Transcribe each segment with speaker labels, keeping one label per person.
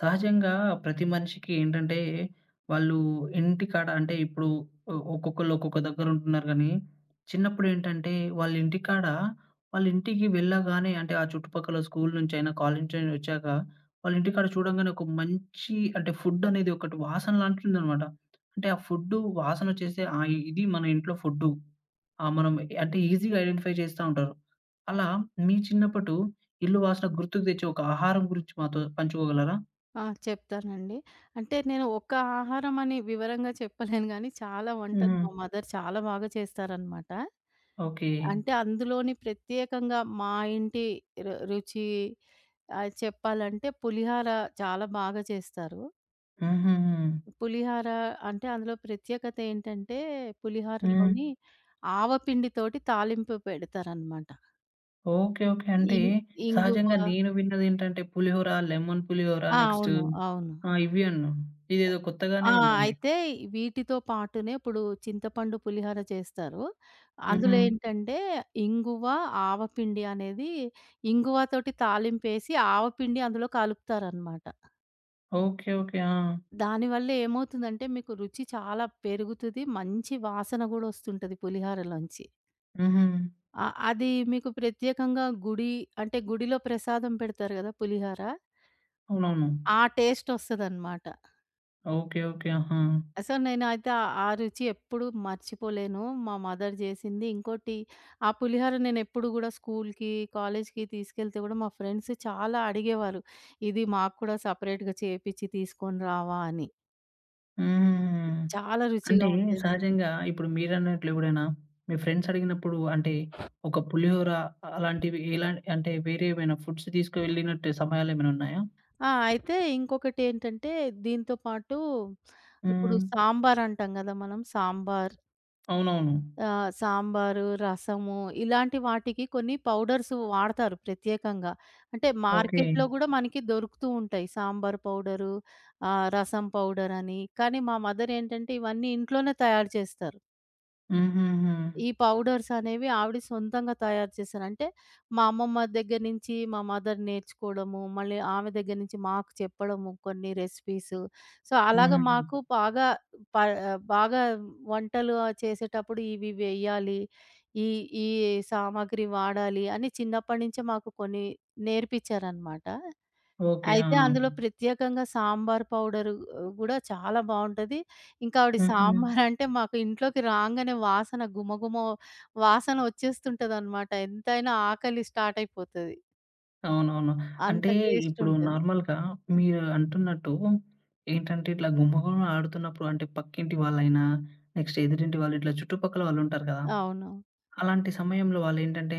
Speaker 1: సహజంగా ప్రతి మనిషికి ఏంటంటే, వాళ్ళు ఇంటికాడ అంటే ఇప్పుడు ఒక్కొక్కళ్ళు ఒక్కొక్క దగ్గర ఉంటున్నారు గానీ, చిన్నప్పుడేంటంటే వాళ్ళ ఇంటికాడ వాళ్ళ ఇంటికి వెళ్ళగానే అంటే ఆ చుట్టుపక్కల స్కూల్ నుంచైనా, కాలేజీ నుంచైనా వచ్చాక వాళ్ళ ఇంటికాడ చూడంగానే ఒక మంచి అంటే ఫుడ్ అనేది ఒకటి వాసన లాంటిదనమాట. అంటే ఆ ఫుడ్డు వాసనొచ్చేస్తే ఆ! ఇది మన ఇంట్లో ఫుడ్డు. ఆ! మనం అంటే ఈజీగా ఐడెంటిఫై చేస్తా ఉంటారు. అలా మీ చిన్నప్పటు ఇల్లు వాసన గుర్తుకు తెచ్చే ఒక ఆహారం గురించి మాతో పంచుకోగలరా?
Speaker 2: ఆ! చెప్తానండి. అంటే నేను ఒక్క ఆహారం అని వివరంగా చెప్పలేను గానీ, చాలా వంటలు
Speaker 1: హుహు.
Speaker 2: మా మదర్ చాలా బాగా చేస్తారనమాట.
Speaker 1: ఓకే.
Speaker 2: అంటే అందులోని ప్రత్యేకంగా మా ఇంటి రుచి చెప్పాలంటే పులిహార చాలా బాగా చేస్తారు.
Speaker 1: హుహుహు.
Speaker 2: పులిహార అంటే అందులో ప్రత్యేకత ఏంటంటే,
Speaker 1: హ్మ్.
Speaker 2: పులిహారలోని ఆవపిండితోటి తాలింపు పెడతారనమాట.
Speaker 1: ఓకే. ఓకే. అంటే
Speaker 2: ఇం ఇంగువ.
Speaker 1: సహజంగా నేను విన్నదేంటంటే పులిహోర, లెమన్ పులిహోర
Speaker 2: ఆ!
Speaker 1: నెక్స్ట్
Speaker 2: అవును. అవును.
Speaker 1: ఆ! ఇవి అన్నా. ఇదేదో
Speaker 2: ఆ!
Speaker 1: కొత్తగానే ఉందండి.
Speaker 2: అయితే వీటితో పాటునే ఇప్పుడు చింతపండు పులిహోర చేస్తారు.
Speaker 1: హుహు.
Speaker 2: అందులో ఏంటంటే ఇంగువ, ఆవపిండి అనేది ఇంగువతోటి తాలింపేసి ఆవపిండి అందులో కలుపుతారనమాట.
Speaker 1: ఓకే. ఓకే. ఆ!
Speaker 2: దానివల్ల ఏమవుతుందంటే మీకు రుచి చాలా పెరుగుతది. మంచి వాసన గూడా వస్తుంటది పులిహోరలోంచి.
Speaker 1: హుహు.
Speaker 2: అ అది మీకు ప్రత్యేకంగా అంటే గుడిలో ప్రసాదం పెడతారు గదా! పులిహోర.
Speaker 1: అవునవును.
Speaker 2: ఆ టేస్ట్ వస్తదనమాట.
Speaker 1: ఓకే. ఓకే. ఆహా!
Speaker 2: సో, నేనైతే ఆ ఆ రుచి ఎప్పుడు మర్చిపోలేను. మా మదర్ జేసింది. ఇంకోటి, ఆ పులిహోర నేనెప్పుడు గూడా స్కూల్‌కి, కాలేజ్‌కి తీసుకెళ్తే గూడా మా ఫ్రెండ్స్ చాలా అడిగేవారు. ఇది మాకు కూడా సెపరేట్‌గా చేపిచ్చి తీసుకొని రావా అని.
Speaker 1: హుహుహు.
Speaker 2: చాలా రుచిగా
Speaker 1: అంటే
Speaker 2: ఉండేదది.
Speaker 1: సహజంగా ఇప్పుడు మీరన్నట్లు ఎప్పుడైనా మీ ఫ్రెండ్స్ అడిగినప్పుడు అంటే ఒక పులిహోర అలాంటివి ఎలా అంటే వేరే ఏమైనా ఫుడ్స్ తీసుకువెళ్ళినట్టు సమయాలేమైనా ఉన్నాయా?
Speaker 2: ఆ! అయితే ఇంకొకటేంటంటే దీంతో పాటు ఇప్పుడు
Speaker 1: హ్మ్.
Speaker 2: సాంబార్ అంటాం గదా! మనం సాంబార్,
Speaker 1: అవునవును.
Speaker 2: ఆ! సాంబారు, రసము ఇలాంటి వాటికి కొన్ని పౌడర్స్ వాడతారు ప్రత్యేకంగా. అంటే
Speaker 1: ఓకే.
Speaker 2: మార్కెట్‌లో గూడా మనకి దొరుకుతూ ఉంటాయి. సాంబార్ పౌడరు, రసం పౌడరని. కానీ మా మదర్ ఏంటంటే ఇవన్నీ ఇంట్లోనే తయారు చేస్తారు.
Speaker 1: హుహుహు.
Speaker 2: ఈ పౌడర్స్ అనేవి ఆవిడ సొంతంగా తయారు చేశారు. అంటే మా అమ్మమ్మ దగ్గర నుంచి మా మదర్ నేర్చుకోవడము, మళ్ళీ ఆమె దగ్గర నుంచి మాకు చెప్పడము కొన్ని రెసిపీస్. సో, అలాగా
Speaker 1: హుహుహు.
Speaker 2: మాకు బాగా ప బాగా వంటలు చేసేటప్పుడు ఇవి వేయాలి, ఈ ఈ సామాగ్రి వాడాలి అని చిన్నప్పటి నుంచే మాకు కొన్ని నేర్పించారనమాట.
Speaker 1: ఓకే. ఆ!
Speaker 2: అయితే అందులో ప్రత్యేకంగా సాంబార్ పౌడరు గూడా చాలా బావుంటది. ఇంకా ఆవిడ
Speaker 1: హుహు.
Speaker 2: సాంబార్ అంటే మాకు ఇంట్లోకి రాంగానే వాసన గుమగుమ వాసన వచ్చేస్తుంటదనమాట. ఎంతైనా ఆకలి స్టార్ట్ అయిపోతది.
Speaker 1: అవునవును.
Speaker 2: అంత
Speaker 1: అంటే
Speaker 2: టేస్ట్
Speaker 1: ఇప్పుడు
Speaker 2: ఉంటది.
Speaker 1: నార్మల్‌గా మీరు అంటున్నట్టు ఏంటంటే ఇట్లా గుంపుగుమ ఆడుతున్నప్పుడు అంటే పక్కింటి వాళ్ళైనా, నెక్స్ట్ ఎదురింటి వాళ్ళు ఇట్లా చుట్టుపక్కల వాళ్ళుంటారు కదా!
Speaker 2: అవును.
Speaker 1: అలాంటి సమయంలో వాళ్ళేంటంటే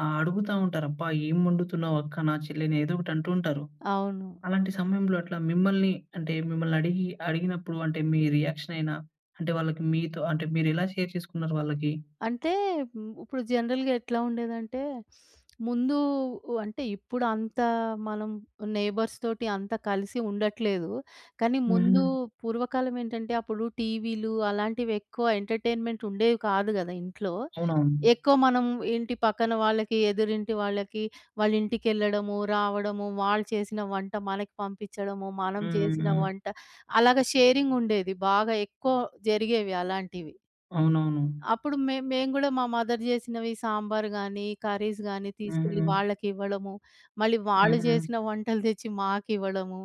Speaker 1: అడుగుతా ఉంటారు. "అబ్బా! ఏం వండుతున్నావు అక్క, నా చెల్లిని" ఏదో ఒకటి అంటూ ఉంటారు.
Speaker 2: అవును.
Speaker 1: అలాంటి సమయంలో అట్లా మిమ్మల్ని అంటే మిమ్మల్ని అడిగినప్పుడు అంటే మీ రియాక్షన్ అయినా, అంటే వాళ్ళకి మీతో అంటే మీరెలా షేర్ చేసుకున్నారు వాళ్ళకి?
Speaker 2: అంటే, హ్మ్, ఇప్పుడు జనరల్‌గా ఎట్లా ఉండేదంటే, ముందు అంటే ఇప్పుడు అంత మనం నేబర్స్ తోటి అంత కలిసి ఉండట్లేదు. కానీ ముందు
Speaker 1: హుహు.
Speaker 2: పూర్వకాలం ఏంటంటే, అప్పుడు టీవీలు అలాంటివి ఎక్కువ ఎంటర్‌టైన్‌మెంట్ ఉండేవి కాదు గదా! ఇంట్లో.
Speaker 1: అవునవును.
Speaker 2: ఎక్కువ మనం ఇంటి పక్కన వాళ్ళకి, ఎదురింటి వాళ్ళకి వాళ్ళ ఇంటికెళ్ళడము, రావడము, వాళ్ళు చేసిన వంట మనకి పంపించడము, మనం
Speaker 1: హ్మ్.
Speaker 2: చేసిన
Speaker 1: హ్మ్.
Speaker 2: వంట అలాగా షేరింగ్ ఉండేది. బాగా ఎక్కువ జరిగేవి అలాంటివి.
Speaker 1: అవునవును.
Speaker 2: అప్పుడు మేము గూడా మా మదర్ జేసినవి సాంబార్ గానీ, కర్రీస్ గానీ తీసుకెళ్ళి
Speaker 1: హుహు.
Speaker 2: వాళ్ళకివ్వడము. మళ్ళీ వాళ్ళు
Speaker 1: హుహు.
Speaker 2: జేసిన వంటలు తెచ్చి మాకివ్వడము.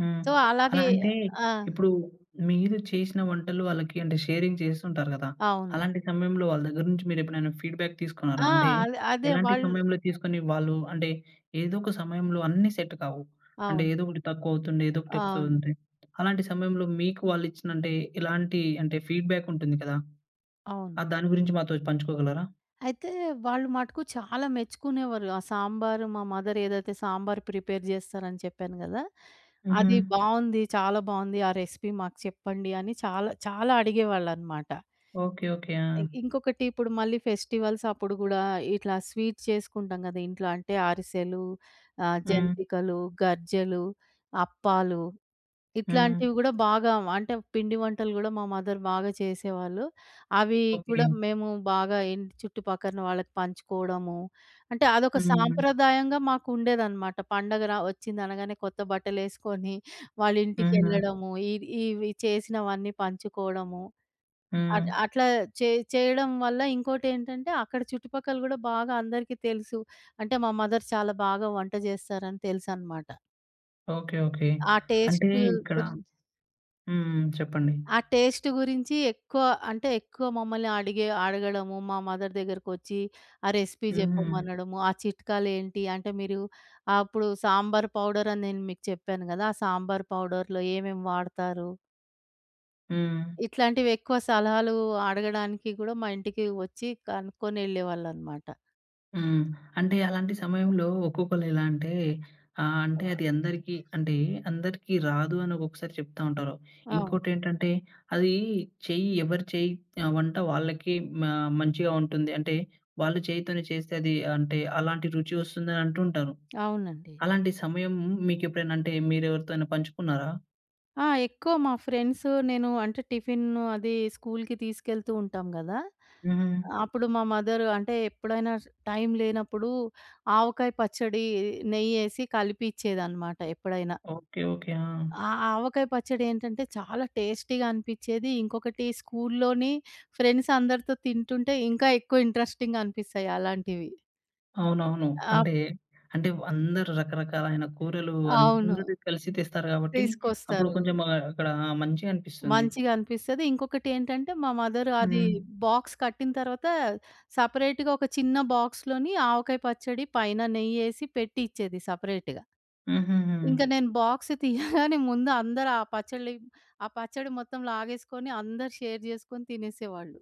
Speaker 1: హ్మ్.
Speaker 2: సో,
Speaker 1: అలా
Speaker 2: అలాగే
Speaker 1: అంటే
Speaker 2: ఆ!
Speaker 1: ఇప్పుడు మీరు చేసిన వంటలు వాళ్ళకి అంటే షేరింగ్ చేస్తుంటారు గదా!
Speaker 2: అవును.
Speaker 1: అలాంటి సమయంలో వాళ్ళ దగ్గర నుంచి మీరెప్పుడైనా ఫీడ్‌బ్యాక్ తీసుకున్నారా?
Speaker 2: ఆ!
Speaker 1: అంటే
Speaker 2: అదే అదే
Speaker 1: ఎలాంటి
Speaker 2: వాళ్ళు
Speaker 1: సమయంలో తీసుకొని వాళ్ళు అంటే ఏదో ఒక సమయంలో అన్నీ సెట్ కావు. అంటే
Speaker 2: అవును.
Speaker 1: ఏదో ఒకటి తక్కువవుతుంది. ఏదో ఒకటి
Speaker 2: అవును.
Speaker 1: ఎక్కువవుతుంది. అలాంటి సమయంలో మీకు వాళ్ళిచ్చిన అంటే ఎలాంటి అంటే ఫీడ్‌బ్యాక్ ఉంటుంది కదా!
Speaker 2: అవును.
Speaker 1: ఆ దాని గురించి మాతో పంచుకోగలరా?
Speaker 2: అయితే వాళ్ళు మటుకు చాలా మెచ్చుకునేవారు. ఆ సాంబారు మా మదర్ ఏదైతే సాంబార్ ప్రిపేర్ జేస్తారని చెప్పాను గదా!
Speaker 1: హుహు.
Speaker 2: అది బావుంది. చాలా బావుంది. ఆ రెసిపీ మాకు చెప్పండి అని చాలా చాలా అడిగేవాళ్ళనమాట.
Speaker 1: ఓకే. ఓకే. ఆ!
Speaker 2: ఇంకొకటి ఇప్పుడు మళ్ళీ ఫెస్టివల్స్ అప్పుడు గూడా ఇట్లా స్వీట్స్ చేసుకుంటాం గదా! ఇంట్లో అంటే అరిసెలు,
Speaker 1: హ్మ్.
Speaker 2: జంతికలు, గర్జెలు, అప్పాలు
Speaker 1: హ్మ్.
Speaker 2: ఇట్లాంటివి గూడా బాగా అంటే పిండి వంటలు గూడా మా మదర్ బాగా చేసేవాళ్ళు. అవి
Speaker 1: ఓకే.
Speaker 2: కూడా మేము బాగా ఇంటి చుట్టుపక్కన వాళ్ళకి పంచుకోవడము. అంటే అదొక
Speaker 1: హ్మ్.
Speaker 2: సాంప్రదాయంగా మాకు ఉండేదన్నమాట. పండగ వచ్చిందనగానే కొత్త బట్టలేసుకొని వాళ్ళ
Speaker 1: హుహు.
Speaker 2: ఇంటికెళ్ళడము. ఇవి చేసినవన్నీ పంచుకోవడము.
Speaker 1: హ్మ్.
Speaker 2: అట్లా చే చేయడం వల్ల ఇంకోటేంటంటే అక్కడ చుట్టుపక్కల గూడా బాగా అందరికీ తెలుసు. అంటే మా మదర్ చాలా బాగా వంట జేస్తారని తెలుసనమాట.
Speaker 1: ఓకే. ఓకే.
Speaker 2: ఆ టేస్ట్
Speaker 1: అంటే ఇక్కడ
Speaker 2: గురిం
Speaker 1: హ్మ్. చెప్పండి.
Speaker 2: ఆ టేస్ట్ గురించి ఎక్కువ అంటే ఎక్కువ మమ్మల్ని అడగడము, మా మదర్ దగ్గరకొచ్చి ఆ రెసిపీ
Speaker 1: హుహు.
Speaker 2: జెప్పమనడము, ఆ చిట్కాలేంటి అంటే మీరు అప్పుడు సాంబార్ పౌడర్ అని నేను మీకు చెప్పాను గదా! ఆ సాంబార్ పౌడర్‌లో ఏమేమి వాడతారు?
Speaker 1: హ్మ్.
Speaker 2: ఇట్లాంటివి ఎక్కువ సలహాలు అడగడానికి గూడా మా ఇంటికి వచ్చి కనుక్కొని ఎళ్ళేవాళ్ళనమాట.
Speaker 1: హ్మ్. అంటే అలాంటి సమయంలో ఒక్కొక్కళ్ళు ఎలా అంటే అంటే అది అందరికీ అంటే అందరికీ రాదు అని ఒక్కొక్కసారి చెప్తా ఉంటారు.
Speaker 2: అవును.
Speaker 1: ఇంకోటేంటంటే అది చెయ్యి ఎవరి చెయ్యి వంట వాళ్ళకి మ మంచిగా ఉంటుంది. అంటే వాళ్ళు చేయితోనే చేస్తే అది అంటే అలాంటి రుచి వస్తుందని అంటుంటారు.
Speaker 2: అవునండి.
Speaker 1: అలాంటి సమయం మీకెప్పుడైనా అంటే మీరెవరితోనా పంచుకున్నారా?
Speaker 2: ఆ! ఎక్కువ మా ఫ్రెండ్స్ నేను అంటే టిఫిన్ అది స్కూల్‌కి తీసుకెళ్తూ ఉంటాం గదా!
Speaker 1: హుహు.
Speaker 2: అప్పుడు మా మదర్ అంటే ఎప్పుడైనా టైం లేనప్పుడు ఆవకాయ పచ్చడి నెయ్యేసి కలిపి ఇచ్చేదన్నమాట ఎప్పుడైనా.
Speaker 1: ఓకే. ఓకే. ఆ!
Speaker 2: ఆ ఆవకాయ పచ్చడి ఏంటంటే చాలా టేస్టీగా అనిపిచ్చేది. ఇంకొకటి స్కూల్‌లోని ఫ్రెండ్స్ అందరితో తింటుంటే ఇంకా ఎక్కువ ఇంట్రెస్టింగ్‌గా అనిపిస్తాయి అలాంటివి.
Speaker 1: అవునవును.
Speaker 2: అప్
Speaker 1: అంటే, అంటే అందరూ రకరకాలైన కూరలు
Speaker 2: అవును.
Speaker 1: అందరూ కలిసి తెస్తారు గాబట్టి, అప్పుడు
Speaker 2: తీసుకొస్తారు.
Speaker 1: కొంచెం అక్కడ మంచిగా అనిపిస్తుంది.
Speaker 2: మంచిగా అనిపిస్తది. ఇంకొకటేంటంటే, మా మదర్ అది
Speaker 1: హ్మ్.
Speaker 2: బాక్స్ కట్టిన తర్వాత సెపరేట్‌గా ఒక చిన్న బాక్స్‌లోని ఆవకాయ పచ్చడి, పైన నెయ్యేసి పెట్టి ఇచ్చేది సెపరేట్‌గా.
Speaker 1: హుహుహు.
Speaker 2: ఇంక నేను బాక్స్ తీయగానే ముందు అందరూ ఆ పచ్చడి మొత్తం లాగేసుకొని అందరూ షేర్ జేసుకొని తినేసేవాళ్ళు.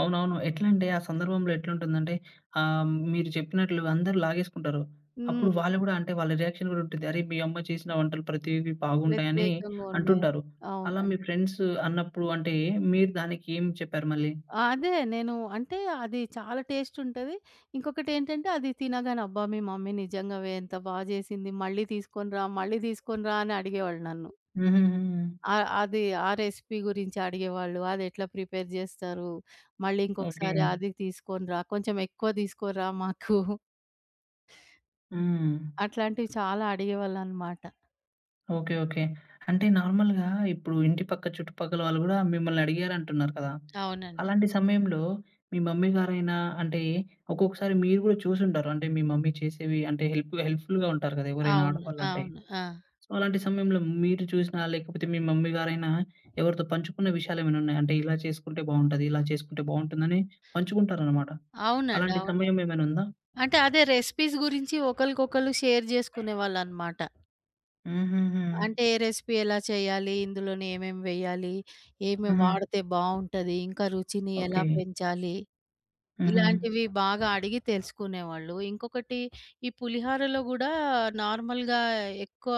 Speaker 1: అవునవును. ఎట్లంటే ఆ సందర్భంలో ఎట్లుంటుందంటే మీరు చెప్పినట్లు అందరూ లాగేసుకుంటారు. అప్పుడు
Speaker 2: హ్మ్.
Speaker 1: వాళ్ళు గూడా అంటే వాళ్ళ రియాక్షన్ గూడా ఉంటుంది. "అరే! మీ అమ్మ చేసిన వంటలు ప్రతివి బాగుంటాయని"
Speaker 2: ప్రత్యేకంగా ఉన్నాయని.
Speaker 1: అంటుంటారు. అలా
Speaker 2: అవునండి.
Speaker 1: మీ ఫ్రెండ్స్ అన్నప్పుడు అంటే, మీరు దానికి ఏం చెప్పారు మళ్ళీ?
Speaker 2: ఆ! అదే నేను అంటే అది చాలా టేస్ట్ ఉంటది. ఇంకొకటేంటంటే అది తినగానే అబ్బా! మీ మమ్మీ నిజంగావే ఎంత బా జేసింది. మళ్ళీ తీసుకొని రా, మళ్ళీ తీసుకొని రా అని అడిగేవాళ్ళు నన్ను.
Speaker 1: హుహుహు.
Speaker 2: అది ఆ రెసిపీ గురించి అడిగేవాళ్ళు. అదెట్లా ప్రిపేర్ జేస్తారు? మళ్ళీ
Speaker 1: ఓకే.
Speaker 2: ఇంకొకసారి అది తీసుకొని రా, కొంచెం ఎక్కువ తీసుకురా మాకు.
Speaker 1: హ్మ్.
Speaker 2: అట్లాంటివి చాలా అడిగేవాళ్ళనమాట.
Speaker 1: ఓకే. ఓకే. అంటే నార్మల్‌గా ఇప్పుడు ఇంటి పక్క చుట్టుపక్కల వాళ్ళు గూడా మిమ్మల్ని అడిగారంటున్నారు కదా!
Speaker 2: అవునండి.
Speaker 1: అలాంటి సమయంలో మీ మమ్మీ గారైనా అంటే ఒక్కొక్కసారి మీరు గూడా చూసుంటారు. అంటే మీ మమ్మీ చేసేవి అంటే హెల్ప్‌ఫుల్‌గా ఉంటారు కదా! ఎవరైనా
Speaker 2: అవును.
Speaker 1: ఆడవాళ్ళంటే.
Speaker 2: అవును. ఆ!
Speaker 1: సో, అలాంటి సమయంలో మీరు చూసినా లేకపోతే మీ మమ్మీ గారైనా ఎవరితో పంచుకున్న విషయాలేమైనా ఉన్నాయా? అంటే ఇలా చేసుకుంటే బావుంటది. ఇలా చేసుకుంటే బావుంటుందని పంచుకుంటారనమాట.
Speaker 2: అవునండి.
Speaker 1: అలాంటి
Speaker 2: అవును.
Speaker 1: సమయం ఏమైనా ఉందా?
Speaker 2: అంటే అదే రెసిపీస్ గురించి ఒకళ్ళకొకళ్ళు షేర్ జేసుకునేవాళ్ళనమాట.
Speaker 1: హుహుహు.
Speaker 2: అంటే ఏ రెసిపీ ఎలా చేయాలి? ఇందులోనే ఏమేమి వేయాలి? ఏమి
Speaker 1: హుహు.
Speaker 2: వాడితే బావుంటది? ఇంకా రుచిని ఎలా
Speaker 1: ఓకే.
Speaker 2: పెంచాలి?
Speaker 1: హుహు.
Speaker 2: ఇలాంటివి బాగా అడిగి తెలుసుకునేవాళ్ళు. ఇంకొకటి ఈ పులిహోరలో గూడా నార్మల్‌గా ఎక్కువ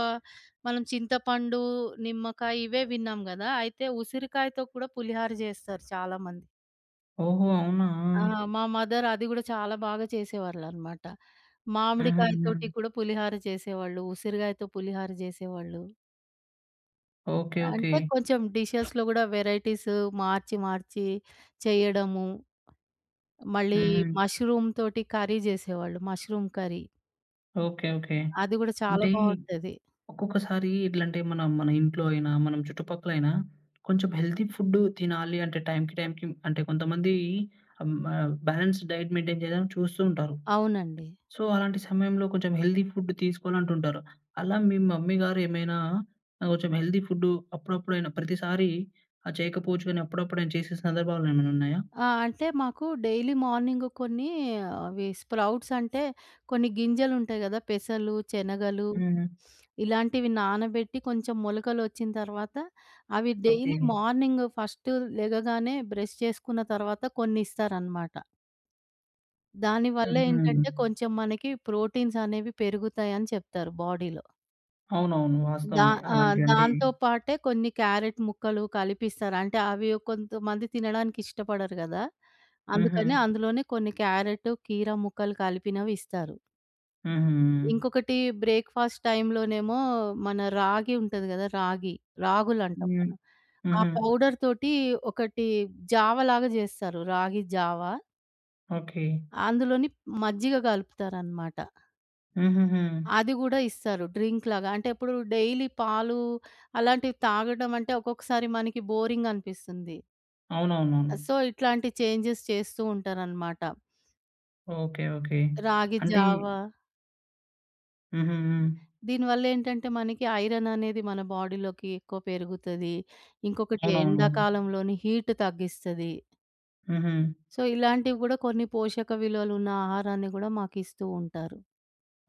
Speaker 2: మనం చింతపండు, నిమ్మకాయ ఇవే విన్నాం గదా! అయితే ఉసిరికాయతో కూడా పులిహోర జేస్తారు చాలామంది.
Speaker 1: ఓహో! అవునా!
Speaker 2: ఆ! మా మదర్ అది గూడా చాలా బాగా చేసేవాళ్ళనమాట. మామిడికాయతోటి
Speaker 1: హుహుహు.
Speaker 2: కూడా పులిహోర చేసేవాళ్ళు. ఉసిరికాయతో పులిహోర జేసేవాళ్ళు.
Speaker 1: ఓకే. ఓకే.
Speaker 2: అంటే కొంచెం డిషెస్‌లో గూడా వెరైటీస్ మార్చి చేయడము. మళ్ళీ
Speaker 1: హుహు.
Speaker 2: మష్రూమ్ తోటి కర్రీ జేసేవాళ్ళు. Mushroom curry.
Speaker 1: ఓకే. ఓకే.
Speaker 2: అది గూడా చాలా
Speaker 1: అంటే
Speaker 2: బావుంటది.
Speaker 1: ఒక్కొక్కసారి ఎట్లంటే మనం మన ఇంట్లో అయినా, మనం చుట్టుపక్కలైనా కొంచెం హెల్తీ ఫుడ్ తినాలి అంటే టైంకి, టైంకి అంటే కొంతమంది హ్మ్. బ్యాలెన్స్ డైట్ మెయింటైన్ చేయాలని చూస్తూ ఉంటారు.
Speaker 2: అవునండి.
Speaker 1: సో, అలాంటి సమయంలో కొంచెం హెల్తీ ఫుడ్ తీసుకోవాలంటుంటారు. అలా మీ మమ్మీ గారు ఏమైనా కొంచెం హెల్తీ ఫుడ్ అప్పుడప్పుడైనా ప్రతిసారి చేయకపోవచ్చు కానీ అప్పుడప్పుడైనా చేసే సందర్భాలు ఏమైనా ఉన్నాయా?
Speaker 2: ఆ! అంటే మాకు డైలీ మార్నింగ్ కొన్ని అవి స్ప్రౌట్స్ అంటే కొన్ని గింజలుంటాయి గదా! పెసలు, శనగలు
Speaker 1: హ్మ్.
Speaker 2: ఇలాంటివి నానబెట్టి కొంచెం మొలకలొచ్చిన తర్వాత అవి డైలీ
Speaker 1: ఓకే.
Speaker 2: మార్నింగ్ ఫస్ట్ లెగగానే బ్రష్ చేసుకున్న తర్వాత కొన్నిస్తారనమాట. దానివల్ల
Speaker 1: హ్మ్.
Speaker 2: ఏంటంటే, కొంచెం మనకి ప్రోటీన్స్ అనేవి పెరుగుతాయని చెప్తారు బాడీలో.
Speaker 1: అవునవును.
Speaker 2: దా
Speaker 1: వాస్తవమే.
Speaker 2: ఆ!
Speaker 1: అలాంటివి అంటే
Speaker 2: దాంతో పాటే కొన్ని క్యారెట్ ముక్కలు కలిపిస్తారు. అంటే అవి కొంతమంది తినడానికి ఇష్టపడరు గదా!
Speaker 1: హుహు.
Speaker 2: అందుకని అందులోనే కొన్ని క్యారెట్, కీర ముక్కలు కలిపినవి ఇస్తారు.
Speaker 1: హుహు.
Speaker 2: ఇంకొకటి బ్రేక్‌ఫాస్ట్ టైమ్‌లోనేమో మన రాగి ఉంటది గదా! రాగి, రాగులంటాం
Speaker 1: హ్మ్.
Speaker 2: మనం. ఆ
Speaker 1: హుహు.
Speaker 2: పౌడర్ తోటి ఒకటి జావ లాగా జేస్తారు. రాగి జావ.
Speaker 1: ఓకే.
Speaker 2: అందులోని మజ్జిగ గలుపుతారనమాట.
Speaker 1: హుహుహు.
Speaker 2: అది గూడా ఇస్తారు. డ్రింక్‌లాగా. అంటే ఇప్పుడు డైలీ పాలు అలాంటివి తాగడం అంటే ఒక్కొక్కసారి మనకి బోరింగ్ అనిపిస్తుంది.
Speaker 1: అవునవునవును.
Speaker 2: సో, ఇట్లాంటి చేంజెస్ చేస్తూ ఉంటారనమాట.
Speaker 1: ఓకే. ఓకే.
Speaker 2: రాగి
Speaker 1: అంటే
Speaker 2: జావా
Speaker 1: హుహు. హ్మ్.
Speaker 2: దీనివల్లేంటంటే మనకి ఐరన్ అనేది మన బాడీలోకి ఎక్కువ పెరుగుతది. ఇంకొకటి
Speaker 1: అవునవునవును.
Speaker 2: ఎండాకాలంలోని హీట్ తగ్గిస్తది.
Speaker 1: హుహు.
Speaker 2: సో, ఇలాంటివి గూడా కొన్ని పోషక విలువలున్న ఆహారాన్ని గూడా మాకిస్తూ ఉంటారు.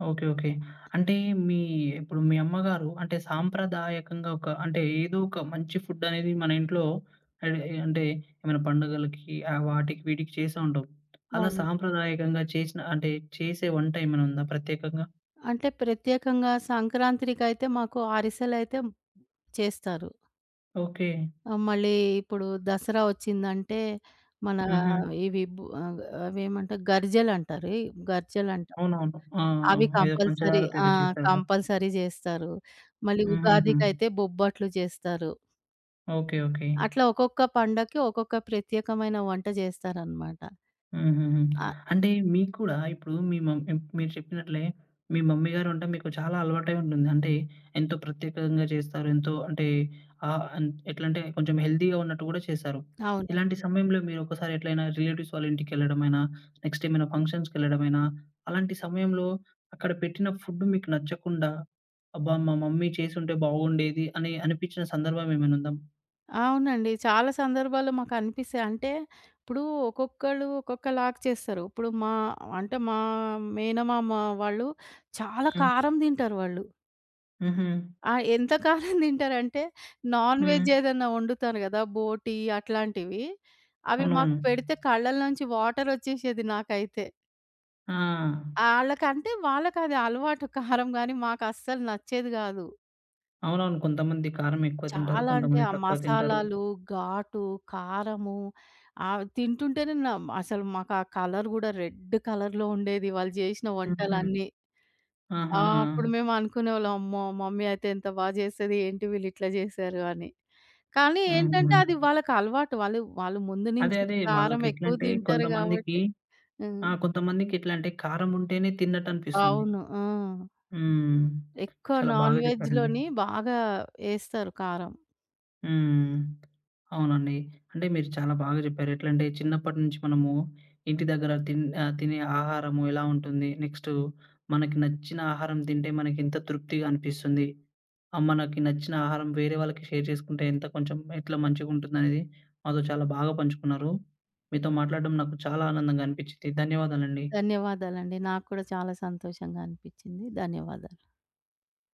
Speaker 1: ఓకే. ఓకే. అంటే మీ ఇప్పుడు మీ అమ్మగారు అంటే సాంప్రదాయకంగా ఒక అంటే ఏదో ఒక మంచి ఫుడ్ అనేది మన ఇంట్లో అడ్ అంటే ఏమైనా పండుగలకి వాటికి వీటికి చేసే ఉంటాం. అలా
Speaker 2: అవును.
Speaker 1: సాంప్రదాయకంగా చేసిన అంటే చేసే వంట ఏమైనా ఉందా ప్రత్యేకంగా?
Speaker 2: అంటే ప్రత్యేకంగా సంక్రాంత్రికైతే మాకు అరిసెలైతే చేస్తారు.
Speaker 1: ఓకే.
Speaker 2: ఆ! మళ్ళీ ఇప్పుడు దసరా వచ్చిందంటే, మన
Speaker 1: హుహు.
Speaker 2: ఇవి బు అవేమంటారు గర్జెలంటారు. ఈ గర్జెలంటాం.
Speaker 1: అవునవును. ఆ!
Speaker 2: అవి
Speaker 1: ఆ! ఏదో
Speaker 2: కంపల్సరీ
Speaker 1: పంచదారతో
Speaker 2: ఆ!
Speaker 1: ఏదో చేస్తారు గదా!
Speaker 2: కంపల్సరీ జేస్తారు. మళ్ళీ
Speaker 1: హుహుహు.
Speaker 2: ఉగాదికైతే బొబ్బట్లు చేస్తారు.
Speaker 1: ఓకే. ఓకే.
Speaker 2: అట్లా ఒక్కొక్క పండక్కి ఒక్కొక్క ప్రత్యేకమైన వంట జేస్తారనమాట.
Speaker 1: హుహుహు.
Speaker 2: ఆ!
Speaker 1: అంటే మీకు కూడా ఇప్పుడు మీ మమ్ మీరు చెప్పినట్లే మీ మమ్మీ గారి వంట మీకు చాలా అలవాటై ఉంటుంది. అంటే ఎంతో ప్రత్యేకంగా చేస్తారు. ఎంతో అంటే ఆహ్, అన్ ఎట్లంటే కొంచెం హెల్తీగా ఉన్నట్టు గూడా చేస్తారు.
Speaker 2: అవునండి.
Speaker 1: ఇలాంటి సమయంలో మీరు ఒకసారి ఎట్లైనా రిలేటివ్స్ వాళ్ళ ఇంటికెళ్ళడమైనా, నెక్స్ట్ ఏమైనా ఫంక్షన్స్‌కెళ్ళడమైనా, అలాంటి సమయంలో అక్కడ పెట్టిన ఫుడ్ మీకు నచ్చకుండా, అబ్బా! మా మమ్మీ చేసుంటే బాగుండేది అని అనిపించిన సందర్భం ఏమైనా ఉందా?
Speaker 2: అవునండి. చాలా సందర్భాల్లో మాకనిపిస్తాయి. అంటే, ఇప్పుడు ఒక్కొక్కళ్ళు ఒక్కొక్కలాగా చేస్తారు. ఇప్పుడు మా అంటే, మా మేనమామ వాళ్ళు చాలా
Speaker 1: హ్మ్.
Speaker 2: కారం తింటారు వాళ్ళు.
Speaker 1: హుహు.
Speaker 2: ఆ! ఎంతకాలం తింటారంటే, నాన్
Speaker 1: హ్మ్.
Speaker 2: వెజ్ ఏదన్నా వండుతాను గదా! బోటీ అట్లాంటివి. అవి మాకు
Speaker 1: అవునవును.
Speaker 2: పెడితే కళ్ళలోంచి వాటరొచ్చేసేది నాకైతే.
Speaker 1: ఆ!
Speaker 2: ఆళ్ళకంటే వాళ్ళకది అలవాటు కారం గానీ, మాకస్సలు నచ్చేది గాదు.
Speaker 1: అవునవును. కొంతమంది కారం ఎక్కువ తింటారు.
Speaker 2: చాలా అంటే ఆ
Speaker 1: కొంతమంది తక్కువ తింటారు.
Speaker 2: మసాలాలు, ఘాటు, కారము ఆవి తింటుంటేనే అసలు మాకా కలర్ గూడా రెడ్ కలర్‌లో ఉండేది వాళ్ళు జేసిన
Speaker 1: హుహు.
Speaker 2: వంటలన్నీ. ఆ!
Speaker 1: ఆహా!
Speaker 2: అప్పుడు మేము అనుకునేవాళ్ళం. అమ్మో! మమ్మీ అయితే ఎంత బా జేసేది. ఏంటి వీళ్ళు ఇట్లా జేసారు అని. కానీ ఏంటంటే
Speaker 1: హుహు.
Speaker 2: అది వాళ్ళకి అలవాటు. వాళ్ళు వాళ్ళు ముందు
Speaker 1: అదే.
Speaker 2: నుంచి
Speaker 1: అదే.
Speaker 2: కారం ఎక్కువ
Speaker 1: వాళ్ళకెట్లంటే
Speaker 2: తింటారు
Speaker 1: కొంతమందికి
Speaker 2: గాబట్టి, హ్మ్.
Speaker 1: ఆ! కొంతమందికి ఎట్లా అంటే కారం ఉంటేనే తిన్నట్టనిపిస్తుంది.
Speaker 2: అవును. ఆ!
Speaker 1: హ్మ్.
Speaker 2: ఎక్కువ
Speaker 1: చాలా
Speaker 2: నాన్
Speaker 1: బాగా చెప్పారండి.
Speaker 2: వెజ్‌లోని బాగా ఏస్తారు కారం.
Speaker 1: హ్మ్. అవునండి. అంటే మీరు చాలా బాగా జెప్పారు. ఎట్లంటే చిన్నప్పటి నుంచి మనము ఇంటి దగ్గర తినే ఆహారము ఎలా ఉంటుంది. నెక్స్టు మనకి నచ్చిన ఆహారం తింటే మనకెంత తృప్తిగా అనిపిస్తుంది. మనకి నచ్చిన ఆహారం వేరే వాళ్ళకి షేర్ చేసుకుంటే ఎంత కొంచెం ఎట్లా మంచిగుంటుందనేది మాతో చాలా బాగా పంచుకున్నారు. మీతో మాట్లాడడం నాకు చాలా ఆనందంగా అనిపిచ్చింది. ధన్యవాదాలండి.
Speaker 2: ధన్యవాదాలండి. నాకు కూడా చాలా సంతోషంగా అనిపించింది. ధన్యవాదాలు.